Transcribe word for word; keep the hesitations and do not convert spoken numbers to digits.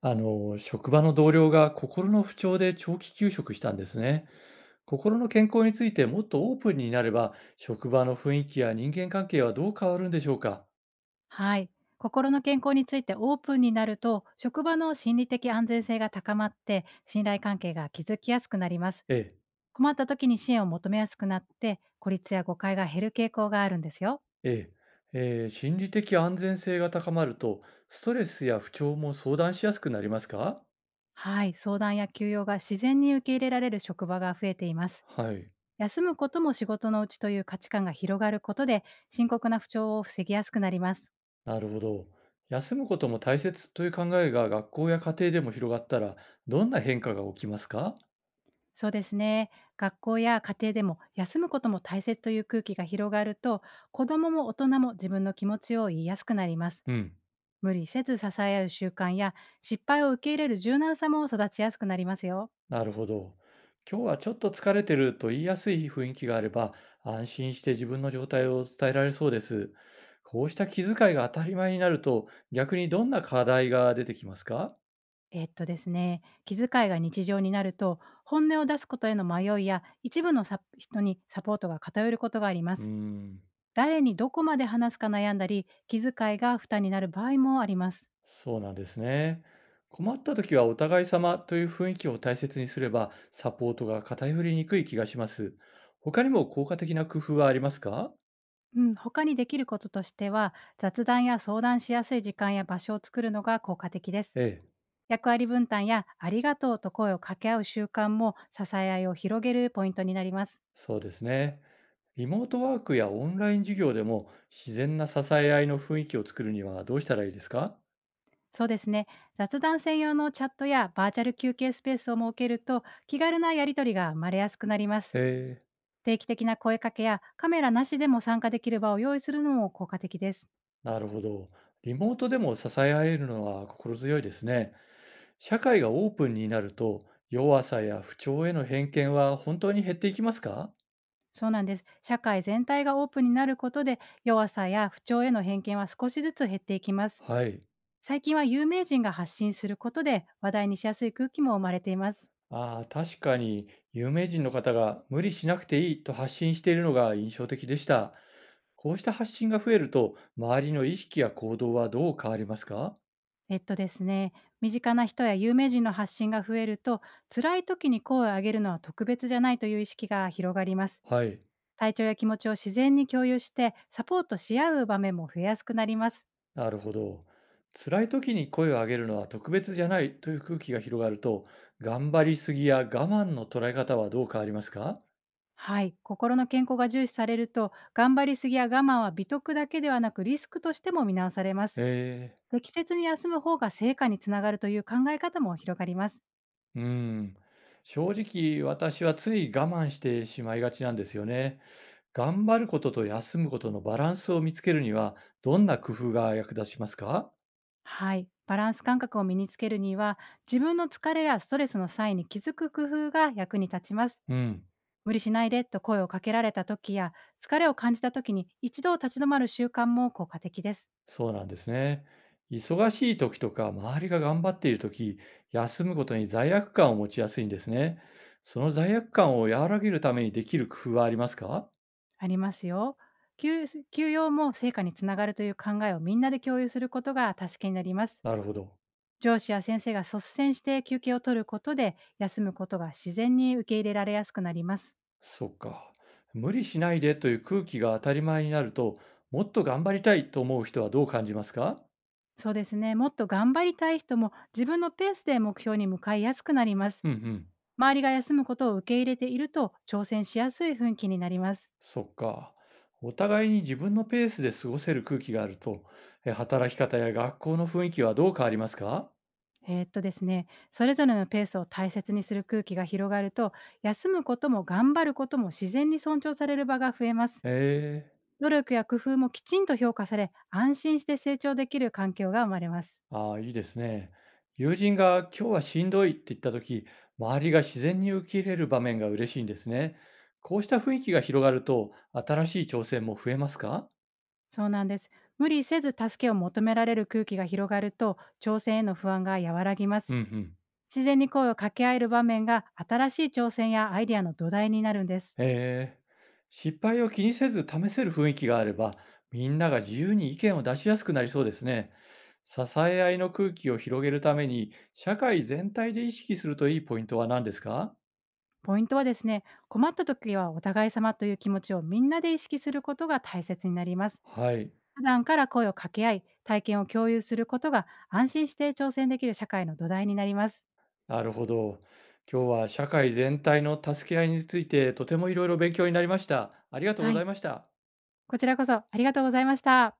あの、職場の同僚が心の不調で長期休職したんですね。心の健康についてもっとオープンになれば、職場の雰囲気や人間関係はどう変わるんでしょうか？はい。心の健康についてオープンになると、職場の心理的安全性が高まって、信頼関係が築きやすくなります。ええ、困った時に支援を求めやすくなって、孤立や誤解が減る傾向があるんですよ。ええ、ええ、心理的安全性が高まると、ストレスや不調も相談しやすくなりますか？はい。相談や休養が自然に受け入れられる職場が増えています。はい、休むことも仕事のうちという価値観が広がることで、深刻な不調を防ぎやすくなります。なるほど。休むことも大切という考えが学校や家庭でも広がったら、どんな変化が起きますか？そうですね。学校や家庭でも休むことも大切という空気が広がると、子どもも大人も自分の気持ちを言いやすくなります。うん。無理せず支え合う習慣や、失敗を受け入れる柔軟さも育ちやすくなりますよ。なるほど。今日はちょっと疲れてると言いやすい雰囲気があれば、安心して自分の状態を伝えられそうです。こうした気遣いが当たり前になると、逆にどんな課題が出てきますか？えっとですね、気遣いが日常になると、本音を出すことへの迷いや、一部のサ人にサポートが偏ることがありまうーす。ん、誰にどこまで話すか悩んだり、気遣いが負担になる場合もあります。そうなんですね。困った時はお互い様という雰囲気を大切にすれば、サポートが偏りにくい気がします。他にも効果的な工夫はありますか？うん、他にできることとしては、雑談や相談しやすい時間や場所を作るのが効果的です。ええ、役割分担やありがとうと声を掛け合う習慣も支え合いを広げるポイントになります。そうですね。リモートワークやオンライン授業でも自然な支え合いの雰囲気を作るにはどうしたらいいですか？そうですね。雑談専用のチャットやバーチャル休憩スペースを設けると気軽なやりとりが生まれやすくなります。へえ、定期的な声かけやカメラなしでも参加できる場を用意するのも効果的です。なるほど。リモートでも支え合えるのは心強いですね。社会がオープンになると弱さや不調への偏見は本当に減っていきますか？そうなんです。社会全体がオープンになることで、弱さや不調への偏見は少しずつ減っていきます。はい。最近は有名人が発信することで、話題にしやすい空気も生まれています。ああ、確かに有名人の方が無理しなくていいと発信しているのが印象的でした。こうした発信が増えると周りの意識や行動はどう変わりますか？えっとですね、身近な人や有名人の発信が増えると、辛い時に声を上げるのは特別じゃないという意識が広がります。はい。体調や気持ちを自然に共有して、サポートし合う場面も増えやすくなります。なるほど。辛い時に声を上げるのは特別じゃないという空気が広がると、頑張りすぎや我慢の捉え方はどう変わりますか？はい、心の健康が重視されると、頑張りすぎや我慢は美徳だけではなく、リスクとしても見直されます。ええ、適切に休む方が成果につながるという考え方も広がります。うん。正直、私はつい我慢してしまいがちなんですよね。頑張ることと休むことのバランスを見つけるには、どんな工夫が役立ちますか？はい、バランス感覚を身につけるには、自分の疲れやストレスの際に気づく工夫が役に立ちます。うん。無理しないでと声をかけられた時や、疲れを感じた時に一度立ち止まる習慣も効果的です。そうなんですね。忙しい時とか、周りが頑張っている時、休むことに罪悪感を持ちやすいんですね。その罪悪感を和らげるためにできる工夫はありますか？ありますよ。休休養も成果につながるという考えをみんなで共有することが助けになります。なるほど。上司や先生が率先して休憩を取ることで、休むことが自然に受け入れられやすくなります。そっか。無理しないでという空気が当たり前になると、もっと頑張りたいと思う人はどう感じますか？そうですね。もっと頑張りたい人も自分のペースで目標に向かいやすくなります。うんうん。周りが休むことを受け入れていると、挑戦しやすい雰囲気になります。そっか。お互いに自分のペースで過ごせる空気があると、え働き方や学校の雰囲気はどう変わりますか？えーっとですね、それぞれのペースを大切にする空気が広がると、休むことも頑張ることも自然に尊重される場が増えます。ええ、努力や工夫もきちんと評価され、安心して成長できる環境が生まれます。ああ、いいですね。友人が今日はしんどいって言った時、周りが自然に受け入れる場面が嬉しいんですね。こうした雰囲気が広がると、新しい挑戦も増えますか？そうなんです。無理せず助けを求められる空気が広がると、挑戦への不安が和らぎまうす。んうん。自然に声を掛け合える場面が、新しい挑戦やアイデアの土台になるんです。えー失敗を気にせず試せる雰囲気があれば、みんなが自由に意見を出しやすくなりそうですね。支え合いの空気を広げるために、社会全体で意識するといいポイントは何ですか？ポイントはですね、困った時はお互い様という気持ちをみんなで意識することが大切になります。はい。普段から声を掛け合い、体験を共有することが、安心して挑戦できる社会の土台になります。なるほど。今日は社会全体の助け合いについてとてもいろいろ勉強になりました。ありがとうごはざいい。ました。こちらこそありがとうございました。